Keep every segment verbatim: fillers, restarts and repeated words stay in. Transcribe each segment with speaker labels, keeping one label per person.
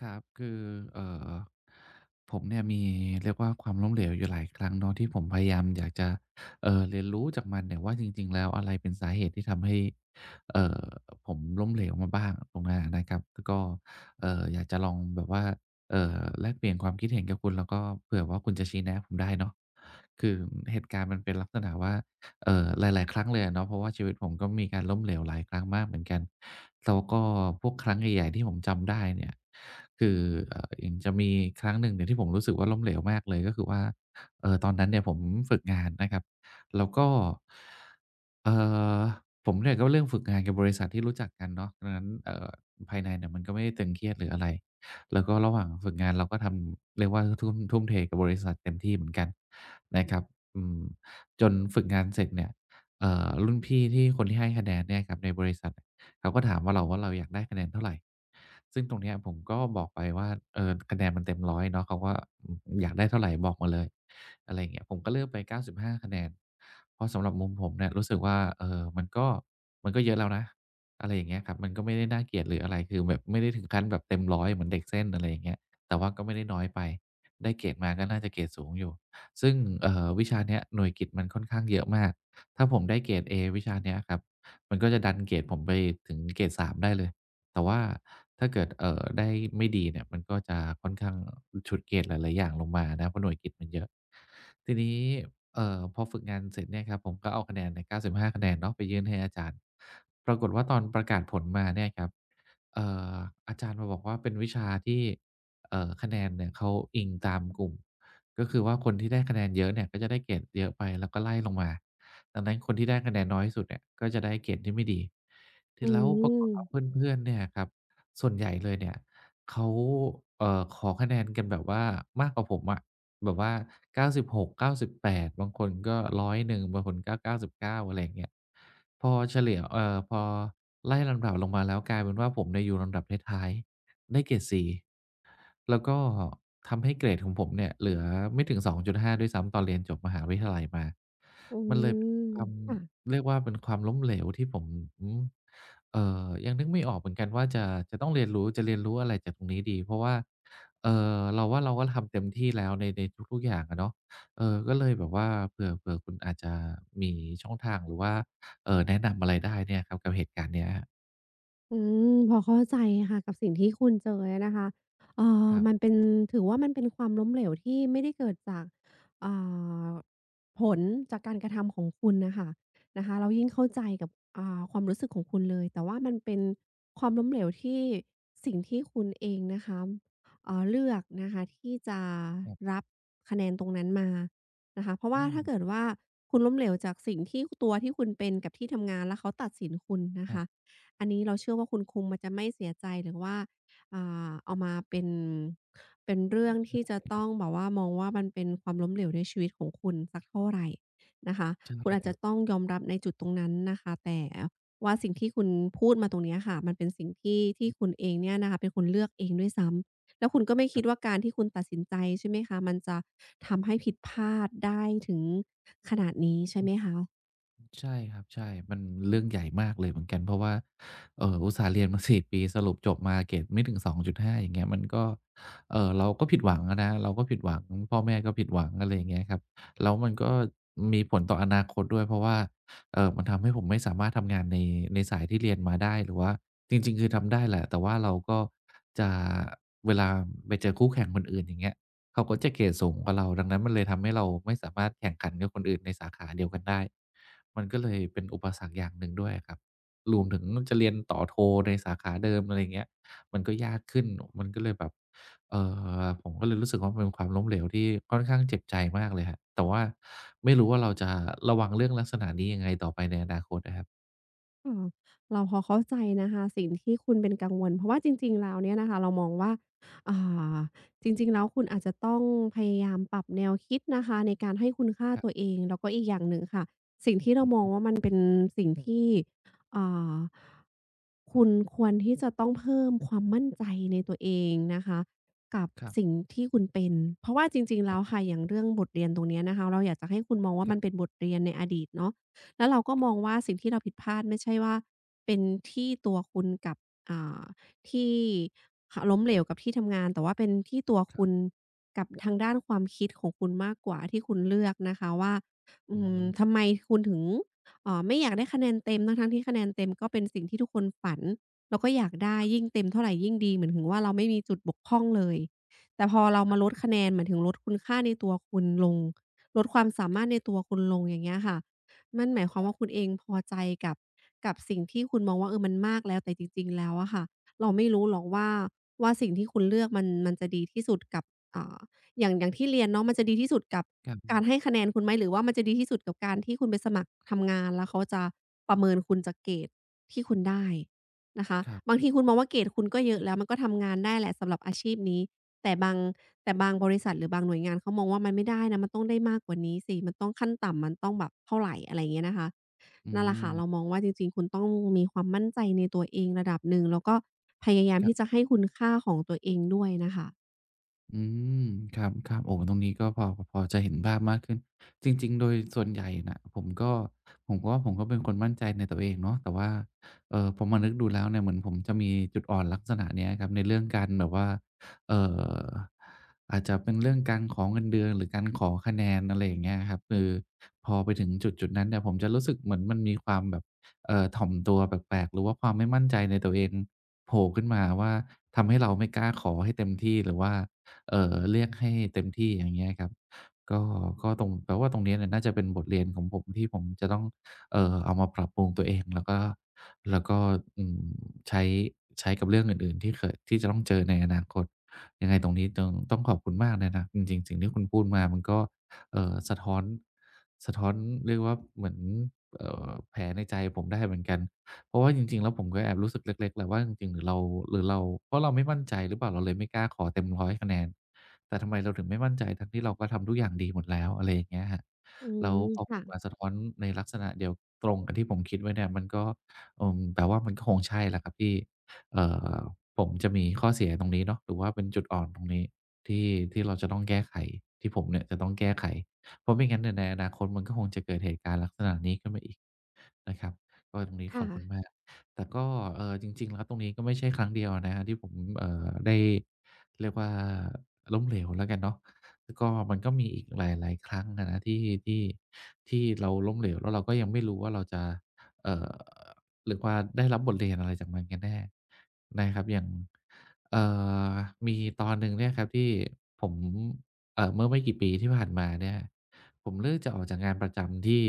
Speaker 1: ครับคือเอ่อผมเนี่ยมีเรียกว่าความล้มเหลวอยู่หลายครั้งเนาะที่ผมพยายามอยากจะเอ่อเรียนรู้จากมันเนี่ยว่าจริงๆแล้วอะไรเป็นสาเหตุที่ทำให้เอ่อผมล้มเหลวมาบ้างตรงนั้นอะนะครับแล้วก็เอ่ออยากจะลองแบบว่าเอ่อแลกเปลี่ยนความคิดเห็นกับคุณแล้วก็เผื่อว่าคุณจะชี้แนะผมได้เนาะคือเหตุการณ์มันเป็นลักษณะว่า เอ่อหลายๆครั้งเลยอะเนาะเพราะว่าชีวิตผมก็มีการล้มเหลวหลายครั้งมากเหมือนกันแล้วก็พวกครั้งใหญ่ๆที่ผมจำได้เนี่ยคือเอ่ออย่างจะมีครั้งหนึ่งเนี่ยที่ผมรู้สึกว่าล้มเหลวมากเลยก็คือว่าเอ่อตอนนั้นเนี่ยผมฝึกงานนะครับแล้วก็เอ่อผมเนี่ยก็เรื่องฝึกงานกับบริษัทที่รู้จักกันเนาะดังนั้นเอ่อภายในเนี่ยมันก็ไม่ได้ตึงเครียดหรืออะไรแล้วก็ระหว่างฝึกงานเราก็ทำเรียกว่าทุ่มทุ่มเทกับบริษัทเต็มที่เหมือนกันนะครับอืม จนฝึกงานเสร็จเนี่ยเอ่อรุ่นพี่ที่คนที่ให้คะแนนเนี่ยครับในบริษัทเนี่ยเขาก็ถามว่าเราว่าเราอยากได้คะแนนเท่าไรซึ่งตรงเนี้ยผมก็บอกไปว่าเออคะแนนมันเต็มร้อยเนาะเขาก็อืมอยากได้เท่าไรบอกมาเลยอะไรอย่างเงี้ยผมก็เลือกไปเก้าสิบห้าคะแนนเพราะสำหรับมุมผมเนี่ยรู้สึกว่าเอ่อมันก็มันก็เยอะแล้วนะอะไรอย่างเงี้ยครับมันก็ไม่ได้น่าเกลียดหรืออะไรคือแบบไม่ได้ถึงขั้นแบบเต็มร้อยเหมือนเด็กเส้นอะไรอย่างเงี้ยแต่ว่าก็ไม่ได้น้อยไปได้เกรดมาก็น่าจะเกรดสูงอยู่ ซึ่งเอ่อวิชาเนี้ยหน่วยกิตมันค่อนข้างเยอะมากถ้าผมได้เกรดเอวิชาเนี้ยครับมันก็จะดันเกรดผมไปถึงเกรดสามได้เลยแต่ว่าถ้าเกิดเอ่อได้ไม่ดีเนี่ยมันก็จะค่อนข้างฉุดเกรดหลายๆอย่างลงมานะเพราะหน่วยกิตมันเยอะทีนี้เอ่อพอฝึกงานเสร็จเนี่ยครับผมก็เอาคะแนนเนี่ยเก้าสิบห้าคะแนนเนาะไปยื่นให้อาจารย์ ปรากฏว่าตอนประกาศผลมาเนี่ยครับเอ่ออาจารย์มาบอกว่าเป็นวิชาที่เอ่อคะแนนเนี่ยเขาอิงตามกลุ่ม ก็คือว่าคนที่ได้คะแนนเยอะเนี่ยก็จะได้เกรดเยอะไปแล้วก็ไล่ลงมา ดังนั้นคนที่ได้คะแนนน้อยที่สุดเนี่ยก็จะได้เกรดที่ไม่ดีที
Speaker 2: อื
Speaker 1: แล้วปรากฏ
Speaker 2: ม
Speaker 1: ว่าเพื่อนๆเนี่ยครับส่วนใหญ่เลยเนี่ยเขาเอ่อขอคะแนนกันแบบว่ามากกว่าผมอะแบบว่าเก้าสิบหก เก้าสิบแปดบหกเก้าสิบแปดบางคนก็ร้อยเอ็ดบางคนก็เก้าสิบเก้าอะไรอย่างเงี้ยพอเฉลี่ยเอ่อพอไล่ลำดับลงมาแล้วกลายเป็นว่าผมเนี่ยอยู่ลำดับท้ายๆ ได้เกรด C แล้วก็ทำให้เกรดของผมเนี่ยเหลือไม่ถึง สองจุดห้าดห้าด้วยซ้ำตอนเรียนจบมหาวิทยาลัยมา
Speaker 2: อื
Speaker 1: มันเลย
Speaker 2: ม
Speaker 1: เป็นความ
Speaker 2: ค่ะ
Speaker 1: เรียกว่าเป็นความล้มเหลวที่ผมเอ่อยังนึกไม่ออกเหมือนกันว่าจะจะต้องเรียนรู้จะเรียนรู้อะไรจากตรงนี้ดี เพราะว่าเอ่อเราว่าเราก็ทำเต็มที่แล้วในในทุกๆอย่างอะเนาะเออก็เลยแบบว่าเผื่อเผื่อคุณอาจจะมีช่องทางหรือว่าเอ่อแนะนำอะไรได้เนี่ยครับกับเหตุการณ์เนี้ย
Speaker 2: อืมพอเข้าใจค่ะกับสิ่งที่คุณเจอนะคะเอ่อ
Speaker 1: ครับ
Speaker 2: มันเป็นถือว่ามันเป็นความล้มเหลวที่ไม่ได้เกิดจากอ่าผลจากการกระทำของคุณน่ะค่ะนะคะเรายิ่งเข้าใจกับอ่าความรู้สึกของคุณเลยแต่ว่ามันเป็นความล้มเหลวที่สิ่งที่คุณเองนะคะเอ่อเลือกนะคะที่จะ
Speaker 1: ครับ
Speaker 2: รับคะแนนตรงนั้นมานะคะเพราะ
Speaker 1: อื
Speaker 2: ว่าถ้าเกิด
Speaker 1: ม
Speaker 2: ว่าคุณล้มเหลวจากสิ่งที่ตัวที่คุณเป็นกับที่ทำงานแล้วเขาตัดสินคุณนะ
Speaker 1: ครั
Speaker 2: คะ
Speaker 1: บ
Speaker 2: อันนี้เราเชื่อว่าคุณคุงมันจะไม่เสียใจหรือว่าอ่าเอามาเป็นเป็นเรื่องที่จะต้องแบบว่ามองว่ามันเป็นความล้มเหลวในชีวิตของคุณสักเท่าไรนะคะ
Speaker 1: ใช
Speaker 2: คุณอาจ
Speaker 1: ่
Speaker 2: จะต้องยอมรับในจุดตรงนั้นนะคะแต่ว่าสิ่งที่คุณพูดมาตรงเนี้ยค่ะมันเป็นสิ่งที่ที่คุณเองเนี่ยนะคะเป็นคนเลือกเองด้วยซ้ำแล้วคุณก็ไม่
Speaker 1: ค
Speaker 2: คิ
Speaker 1: รั
Speaker 2: ด
Speaker 1: บ
Speaker 2: ว่าการที่คุณตัดสินใจใช่ไหมคะมันจะทำให้ผิดพลาดได้ถึงขนาดนี้ใช่
Speaker 1: อื
Speaker 2: ไหม
Speaker 1: ม
Speaker 2: คะ
Speaker 1: ใช่ครับใช่มันเรื่องใหญ่มากเลยเหมือนกันเพราะว่าเอ่ออุตส่าห์เรียนมา4ปีสรุปจบมาเกรดไม่ถึงสองจุดห้าอย่างเงี้ยมันก็เอ่อเราก็ผิดหวังอะนะเราก็ผิดหวังพ่อแม่ก็ผิดหวังอะไรอย่างเงี้ยครับแล้วมันก็มีผลต่ออนาคตด้วยเพราะว่าเอ่อมันทำให้ผมไม่สามารถทำงานในในสายที่เรียนมาได้หรือว่าจริงๆคือทำได้แหละแต่ว่าเราก็จะเวลาไปเจอคู่แข่งคนอื่นอย่างเงี้ย เขาก็จะเกรดสูงกว่าเราดังนั้นมันเลยทำให้เราไม่สามารถแข่งขันกับคนอื่นในสาขาเดียวกันได้ มันก็เลยเป็นอุปสรรคอย่างหนึ่งด้วยอะครับรวมถึงจะเรียนต่อโทในสาขาเดิมอะไรอย่างเงี้ยมันก็ยากขึ้นมันก็เลยแบบเอ่อผมก็เลยรู้สึกว่ามันเป็นความล้มเหลวที่ค่อนข้างเจ็บใจมากเลยครับ แต่ว่าไม่รู้ว่าเราจะระวังเรื่องลักษณะนี้ยังไงต่อไปในอนาคตอะครับ
Speaker 2: ค่ะเราพอเข้าใจนะคะสิ่งที่คุณเป็นกังวลเพราะว่าจริงๆแล้วเนี่ยนะคะเรามองว่าอ่าจริงๆแล้วคุณอาจจะต้องพยายามปรับแนวคิดนะคะในการให้คุณค่า
Speaker 1: ครับ
Speaker 2: ตัวเองแล้วก็อีกอย่างหนึ่งค่ะสิ่งที่เรา
Speaker 1: อือ
Speaker 2: มองว่า
Speaker 1: ฮึ
Speaker 2: มันเป็นสิ่งที่อ่าคุณควรที่จะต้องเพิ่มความมั่นใจในตัวเองนะคะกับ
Speaker 1: ครั
Speaker 2: สิ่ง
Speaker 1: บ
Speaker 2: ที่คุณเป็นเพราะว่าจริงๆ
Speaker 1: อ๋
Speaker 2: แล้วค่ะ
Speaker 1: อ
Speaker 2: อย่างเรื่องบทเรียนตรงเนี้ยนะคะเราอยากจะให้คุณมอง
Speaker 1: ค
Speaker 2: ว่า
Speaker 1: รั
Speaker 2: มัน
Speaker 1: บ
Speaker 2: เป็นบทเรียนในอดีตเนาะ แล้วเราก็มองว่าสิ่งที่เราผิดพลาดไม่ใช่ว่าเป็นที่ตัวคุณกับอ่าที่หล้มเหลวกับที่ทำงานแต่ว่าเป็นที่ตัวคุณกับทางด้านความคิดของคุณมากกว่าที่คุณเลือกนะคะว่าอื
Speaker 1: อือ
Speaker 2: ม
Speaker 1: ฮึ
Speaker 2: ทำไมคุณถึงเอ่อไม่อยากได้คะแนนเต็มทั้งๆที่คะแนนเต็มก็เป็นสิ่งที่ทุกคนฝันแล้วก็อยากได้ยิ่งเต็มเท่าไรยิ่งดีเหมือนถึงว่าเราไม่มีจุดบกพร่องเลยแต่พอเรามาลดคะแนนหมายถึงลดคุณค่าในตัวคุณลงลดความสามารถในตัวคุณลงอย่างเงี้ยค่ะ มันหมายความว่าคุณเองพอใจกับกับสิ่งที่คุณมองว่าเออมันมากแล้วแต่จริงๆแล้วอะค่ะเราไม่รู้หรอกว่าว่าสิ่งที่คุณเลือกมันมันจะดีที่สุดกับอ่าอย่างอย่างที่เรียนเนาะมันจะดีที่สุดกับ
Speaker 1: ครั
Speaker 2: การ
Speaker 1: บ
Speaker 2: ให้คะแนนคุณไหมหรือว่ามันจะดีที่สุดกับการที่คุณไปสมัครทำงานแล้วเขาจะประเมินคุณจากเกรดที่คุณได้นะคะ
Speaker 1: ครั
Speaker 2: บา
Speaker 1: บ
Speaker 2: งทีคุณมองว่าเกรดคุณก็เยอะแล้วมันก็ทำงานได้แหละสำหรับอาชีพนี้ แต่บางแต่บางบริษัทหรือบางหน่วยงานเขามองว่ามันไม่ได้นะมันต้องได้มากกว่านี้สิมันต้องขั้นต่ำมันต้องแบบเท่าไรอะไรอย่างเงี้ยนะคะ
Speaker 1: อื
Speaker 2: นั่นแหละ
Speaker 1: ม
Speaker 2: ค่ะเรามองว่าจริงๆคุณต้องมีความมั่นใจในตัวเองระดับหนึ่งแล้วก็พยายาม
Speaker 1: ครั
Speaker 2: ที่จะ
Speaker 1: บ
Speaker 2: ให้คุณค่าของตัวเองด้วยน่ะค่ะ
Speaker 1: อืมครับครับโอ้ตรงนี้ก็พอพอจะเห็นภาพมากขึ้นจริงๆโดยส่วนใหญ่น่ะผมก็ผมก็ว่าผมก็เป็นคนมั่นใจในตัวเองเนาะแต่ว่าเอ่อพอมานึกดูแล้วเนี่ยเหมือนผมจะมีจุดอ่อนลักษณะเนี้ยครับในเรื่องการแบบว่าเอ่ออาจจะเป็นเรื่องการขอเงินเดือนหรือการขอคะแนนอะไรอย่างเงี้ยครับคือพอไปถึงจุดๆนั้นเนี่ยผมจะรู้สึกเหมือนมันมีความแบบเอ่อถ่อมตัวแปลกๆหรือว่าความไม่มั่นใจในตัวเองโผล่ขึ้นมาว่าทำให้เราไม่กล้าขอให้เต็มที่หรือว่า เอ่อเรียกให้เต็มที่อย่างเงี้ยครับก็ก็ตรงแปลว่าตรงเนี้ยเนี่ยน่าจะเป็นบทเรียนของผมที่ผมจะต้องเอ่อเอามาปรับปรุงตัวเองแล้วก็แล้วก็อืมใช้ใช้กับเรื่องอื่นๆที่เคยที่จะต้องเจอในอนาคตยังไงตรงนี้ต้องต้องขอบคุณมากเลยนะจริงๆสิ่งที่คุณพูดมามันก็เอ่อสะท้อนสะท้อนเรียกว่าเหมือนเอ่อแผลในใจผมได้เหมือนกัน เพราะว่าจริงๆแล้วผมก็แอบรู้สึกเล็กๆแหละว่าจริงๆหรือเราหรือเราเพราะเราไม่มั่นใจหรือเปล่าเราเลยไม่กล้าขอเต็มร้อยคะแนนแต่ทำไมเราถึงไม่มั่นใจทั้งที่เราก็ทำทุกอย่างดีหมดแล้วอะไรอย่างเงี้ยครับ
Speaker 2: อื
Speaker 1: แล้ว
Speaker 2: ม
Speaker 1: พอผ
Speaker 2: ค่ะ
Speaker 1: ลมาสะท้อนในลักษณะเดียวตรงกับที่ผมคิดไว้เนี่ยมันก็อืมแปลว่ามันก็คงใช่แหละครับที่เอ่อผมจะมีข้อเสียตรงนี้เนาะหรือว่าเป็นจุดอ่อนตรงนี้ที่ที่เราจะต้องแก้ไขที่ผมเนี่ยจะต้องแก้ไขเพราะไม่งั้นเนี่ยในอนาคตมันก็คงจะเกิดเหตุการณ์ลักษณะนี้ขึ้นมาอีก นะครับก็ตรงนี้ขอบคุณ
Speaker 2: ค่ะ
Speaker 1: มากแต่ก็เอ่อจริงๆแล้วตรงนี้ก็ไม่ใช่ครั้งเดียวนะครับที่ผมเอ่อได้เรียกว่าล้มเหลวแล้วกันเนาะแล้วก็มันก็มีอีกหลายๆครั้งอะนะที่ที่ที่เราล้มเหลวแล้วเราก็ยังไม่รู้ว่าเราจะเอ่อเรียกว่าได้รับบทเรียนอะไรจากมันกันแน่นะครับอย่างเอ่อมีตอนหนึ่งเนี่ยครับที่ผมเอ่อเมื่อไม่กี่ปีที่ผ่านมาเนี่ย ผมเลือกจะออกจากงานประจำที่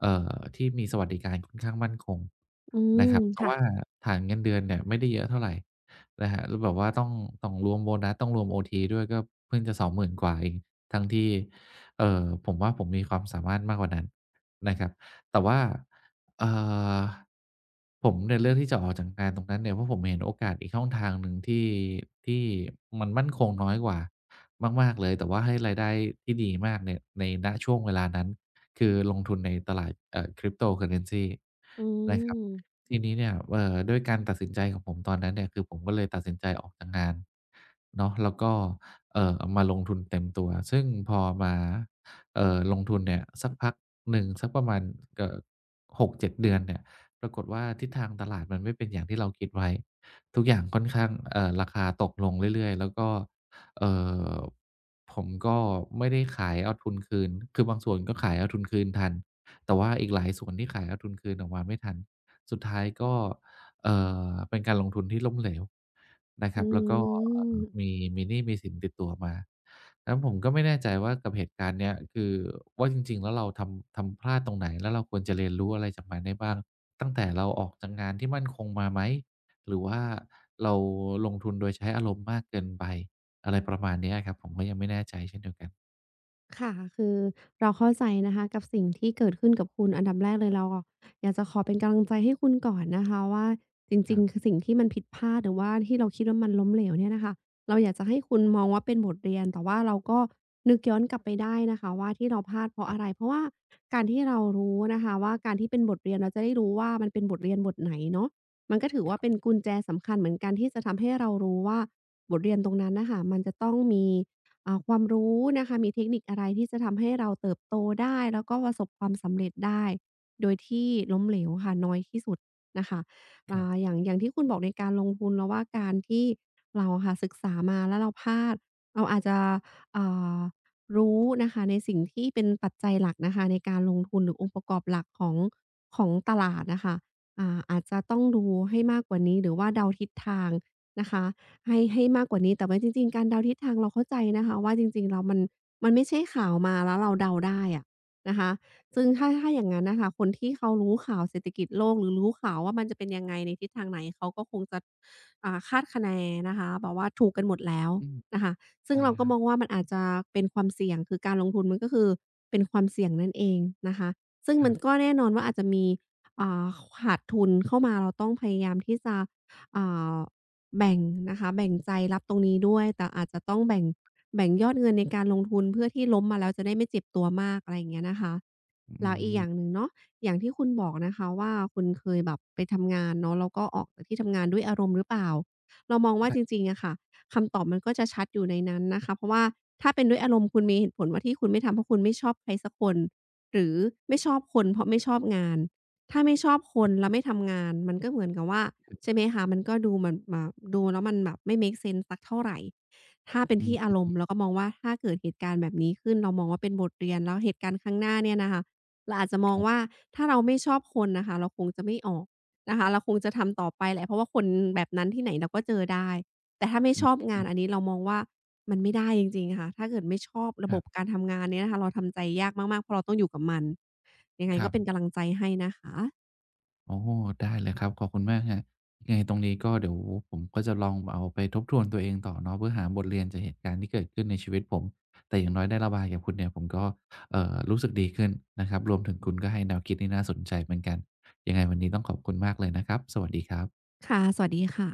Speaker 1: เอ่อที่มีสวัสดิการค่อนข้างมั่นคง
Speaker 2: อืม
Speaker 1: นะครับเพราะ
Speaker 2: ค่ะ
Speaker 1: ว่าฐานเงินเดือนเนี่ยไม่ได้เยอะเท่าไรนะครับแล้วแบบว่าต้องต้องรวมโบนัสต้องรวมโอทีด้วยก็เพิ่งจะสองหมื่นกว่าเองทั้งที่เอ่อผมว่าผมมีความสามารถมากกว่านั้นนะครับแต่ว่าเอ่อผมเนี่ยเลือกที่จะออกจากงานตรงนั้นเนี่ยเพราะผมเห็นโอกาสอีกช่องทางหนึ่งที่ที่มันมั่นคงน้อยกว่า มากๆเลยแต่ว่าให้รายได้ที่ดีมากเนี่ยในณช่วงเวลานั้นคือลงทุนในตลาดเอ่อ Cryptocurrency
Speaker 2: อื
Speaker 1: นะครับ
Speaker 2: ม
Speaker 1: ทีนี้เนี่ยเอ่อด้วยการตัดสินใจของผมตอนนั้นเนี่ยคือผมก็เลยตัดสินใจออกจากงานเนาะแล้วก็เอ่อมาลงทุนเต็มตัวซึ่งพอมาเอ่อลงทุนเนี่ยสักพักหนึ่งสักประมาณเอ่อหกถึงเจ็ดเจ็ดเดือนเนี่ยปรากฏว่าทิศทางตลาดมันไม่เป็นอย่างที่เราคิดไว้ทุกอย่างค่อนข้างเอ่อราคาตกลงเรื่อยๆแล้วก็ เอ่อผมก็ไม่ได้ขายเอาทุนคืน คือบางส่วนก็ขายเอาทุนคืนทัน แต่ว่าอีกหลายส่วนที่ขายเอาทุนคืนออกมาไม่ทัน สุดท้ายก็เอ่อเป็นการลงทุนที่ล้มเหลวนะค
Speaker 2: อื
Speaker 1: รับแล้วก็เอ่อ
Speaker 2: ม
Speaker 1: มีมีหนี้มีสินติดตัวมาแล้วผมก็ไม่แน่ใจว่ากับเหตุการณ์เนี้ยคือว่าจริงๆแล้วเราทำทำพลาดตรงไหนแล้วเราควรจะเรียนรู้อะไรจากมันได้บ้างตั้งแต่เราออกจากงานที่มั่นคงมาไหมหรือว่าเราลงทุนโดยใช้อารมณ์มากเกินไป อะไรประมาณเนี้ยครับผมก็ยังไม่แน่ใจเช่นเดียวกัน
Speaker 2: ค่ะคือเราเข้าใจนะคะกับสิ่งที่เกิดขึ้นกับคุณอันดับแรกเลยเราอะอยากจะขอเป็นกำลังใจให้คุณก่อนนะคะว่าจ
Speaker 1: ค
Speaker 2: ริ
Speaker 1: รั
Speaker 2: ง
Speaker 1: บ
Speaker 2: ๆคือสิ่งที่มันผิดพลาดหรือว่าที่เราคิดว่ามันล้มเหลวเนี่ยนะคะเราอยากจะให้คุณมองว่าเป็นบทเรียนแต่ว่าเราก็นึกย้อนกลับไปได้นะคะว่าที่เราพลาดเพ
Speaker 1: ค
Speaker 2: ราะ
Speaker 1: รั
Speaker 2: อะไร
Speaker 1: บ
Speaker 2: เพราะว่าการที่เรารู้นะคะว่าการที่เป็นบทเรียนเราจะได้รู้ว่ามันเป็นบทเรียนบทไหนเนาะมันก็ถือว่าเป็นกุญแจสำคัญเหมือนกันที่จะทำให้เรารู้ว่าบทเรียนตรงนั้นน่ะค่ะมันจะต้องมี อ่าความรู้นะคะมีเทคนิคอะไรที่จะทำให้เราเติบโตได้แล้วก็ประสบความสำเร็จได้โดยที่ล้มเหลวค่ะน้อยที่สุดนะคะ
Speaker 1: ครั
Speaker 2: อ่า
Speaker 1: บ
Speaker 2: อย่างอย่างที่คุณบอกในการลงทุนเราว่าการที่เราอะค่ะศึกษามาแล้วเราพลาดเราอาจจะอ่ารู้นะคะในสิ่งที่เป็นปัจจัยหลักนะคะในการลงทุนหรือองค์ประกอบหลักของของตลาดน่ะค่ะอ่าอาจจะต้องดูให้มากกว่านี้หรือว่าเดาทิศทางนะคะ ให้ให้มากกว่านี้แต่ว่าจริงๆการเดาทิศทางเราเข้าใจนะคะว่าจริงๆเรามันมันไม่ใช่ข่าวมาแล้วเราเดาได้อะนะคะซึ่งถ้าถ้าอย่างนั้นนะคะคนที่เขารู้ข่าวเศรษฐกิจโลกหรือรู้ข่าวว่ามันจะเป็นยังไงในทิศทางไหนเขาก็คงจะอ่าคาดคะเนนะคะแบบว่าถูกกันหมดแล้ว
Speaker 1: อืม
Speaker 2: นะคะซึ่ง
Speaker 1: ได้
Speaker 2: เรา
Speaker 1: ค
Speaker 2: ก็
Speaker 1: รั
Speaker 2: ม
Speaker 1: บ
Speaker 2: องว่ามันอาจจะเป็นความเสี่ยงคือการลงทุนมันก็คือเป็นความเสี่ยงนั่นเองนะคะซึ่ง
Speaker 1: ครั
Speaker 2: มันก็
Speaker 1: บ
Speaker 2: แน่นอนว่าอาจจะมีอ่าขาดทุนเข้ามาเราต้องพยายามที่จะอ่า แบ่งนะคะแบ่งใจรับตรงนี้ด้วยแต่อาจจะต้องแบ่งแบ่งยอดเงินในการลงทุนเพื่อที่ล้มมาแล้วจะได้ไม่เจ็บตัวมากอะไรอย่างเงี้ยนะคะ
Speaker 1: อื
Speaker 2: แล้วอีกอย่างหนึ่
Speaker 1: ม
Speaker 2: งเนาะอย่างที่คุณบอกนะคะว่าคุณเคยแบบไปทำงานเนาะแล้วก็ออกจากที่ทำงานด้วยอารมณ์หรือเปล่าเรามอง
Speaker 1: ค
Speaker 2: ว่า
Speaker 1: รั
Speaker 2: จ
Speaker 1: บ
Speaker 2: ริงๆอะค่ะคำตอบมันก็จะชัดอยู่ในนั้นนะคะเพราะว่าถ้าเป็นด้วยอารมณ์คุณมีเหตุผลว่าที่คุณไม่ทำเพราะคุณไม่ชอบใครสักคนหรือไม่ชอบคนเพราะไม่ชอบงาน ถ้าไม่ชอบคนแล้วไม่ทำงานมันก็เหมือนกับว่าใช่ไหมคะมันก็ดูเหมือนแบบดูแล้วมันแบบไม่ make sense สสักเท่าไรถ้าเป็น
Speaker 1: อื
Speaker 2: ที่อา
Speaker 1: ม
Speaker 2: รมณ์เราก็มองว่าถ้าเกิดเหตุการณ์แบบนี้ขึ้นเรามองว่าเป็นบทเรียนแล้วเหตุการณ์ครั้งหน้าเนี่ยนะคะเราอาจจะม
Speaker 1: ค
Speaker 2: อง
Speaker 1: รั
Speaker 2: ว่า
Speaker 1: บ
Speaker 2: ถ้าเราไม่ชอบคนน่ะค่ะเราคงจะไม่ออกนะคะเราคงจะทำต่อไปแหละเพราะว่าคนแบบนั้นที่ไหนเราก็เจอได้แต่ถ้าไม่
Speaker 1: อื
Speaker 2: ชอบ
Speaker 1: ม
Speaker 2: งานอันนี้เรามองว่ามันไม่ได้จริงๆค่ะถ้าเกิดไม่ชอบ
Speaker 1: ค
Speaker 2: ระ
Speaker 1: รั
Speaker 2: บบกา
Speaker 1: บ
Speaker 2: รทำงานเนี่ยนะคะเราทำใจยากมากๆเพราะเราต้องอยู่กับมัน ยังไง
Speaker 1: ครั
Speaker 2: ก็
Speaker 1: บ
Speaker 2: เป็นกำลังใจให้นะคะ
Speaker 1: โอ้โฮได้เลยครับขอบคุณมากครับยังไงตรงนี้ก็เดี๋ยวผมก็จะลองเอาไปทบทวนตัวเองต่อเนาะเพื่อหาบทเรียนจากเหตุการณ์ที่เกิดขึ้นในชีวิตผมแต่อย่างน้อยได้ระบายกับคุณเนี่ยผมก็เอ่อรู้สึกดีขึ้นนะครับรวมถึงคุณก็ให้แนวคิดที่น่าสนใจเหมือนกันยังไงวันนี้ต้องขอบคุณมากเลยนะครับสวัสดีครับ
Speaker 2: ค่ะ สวัสดีค่ะ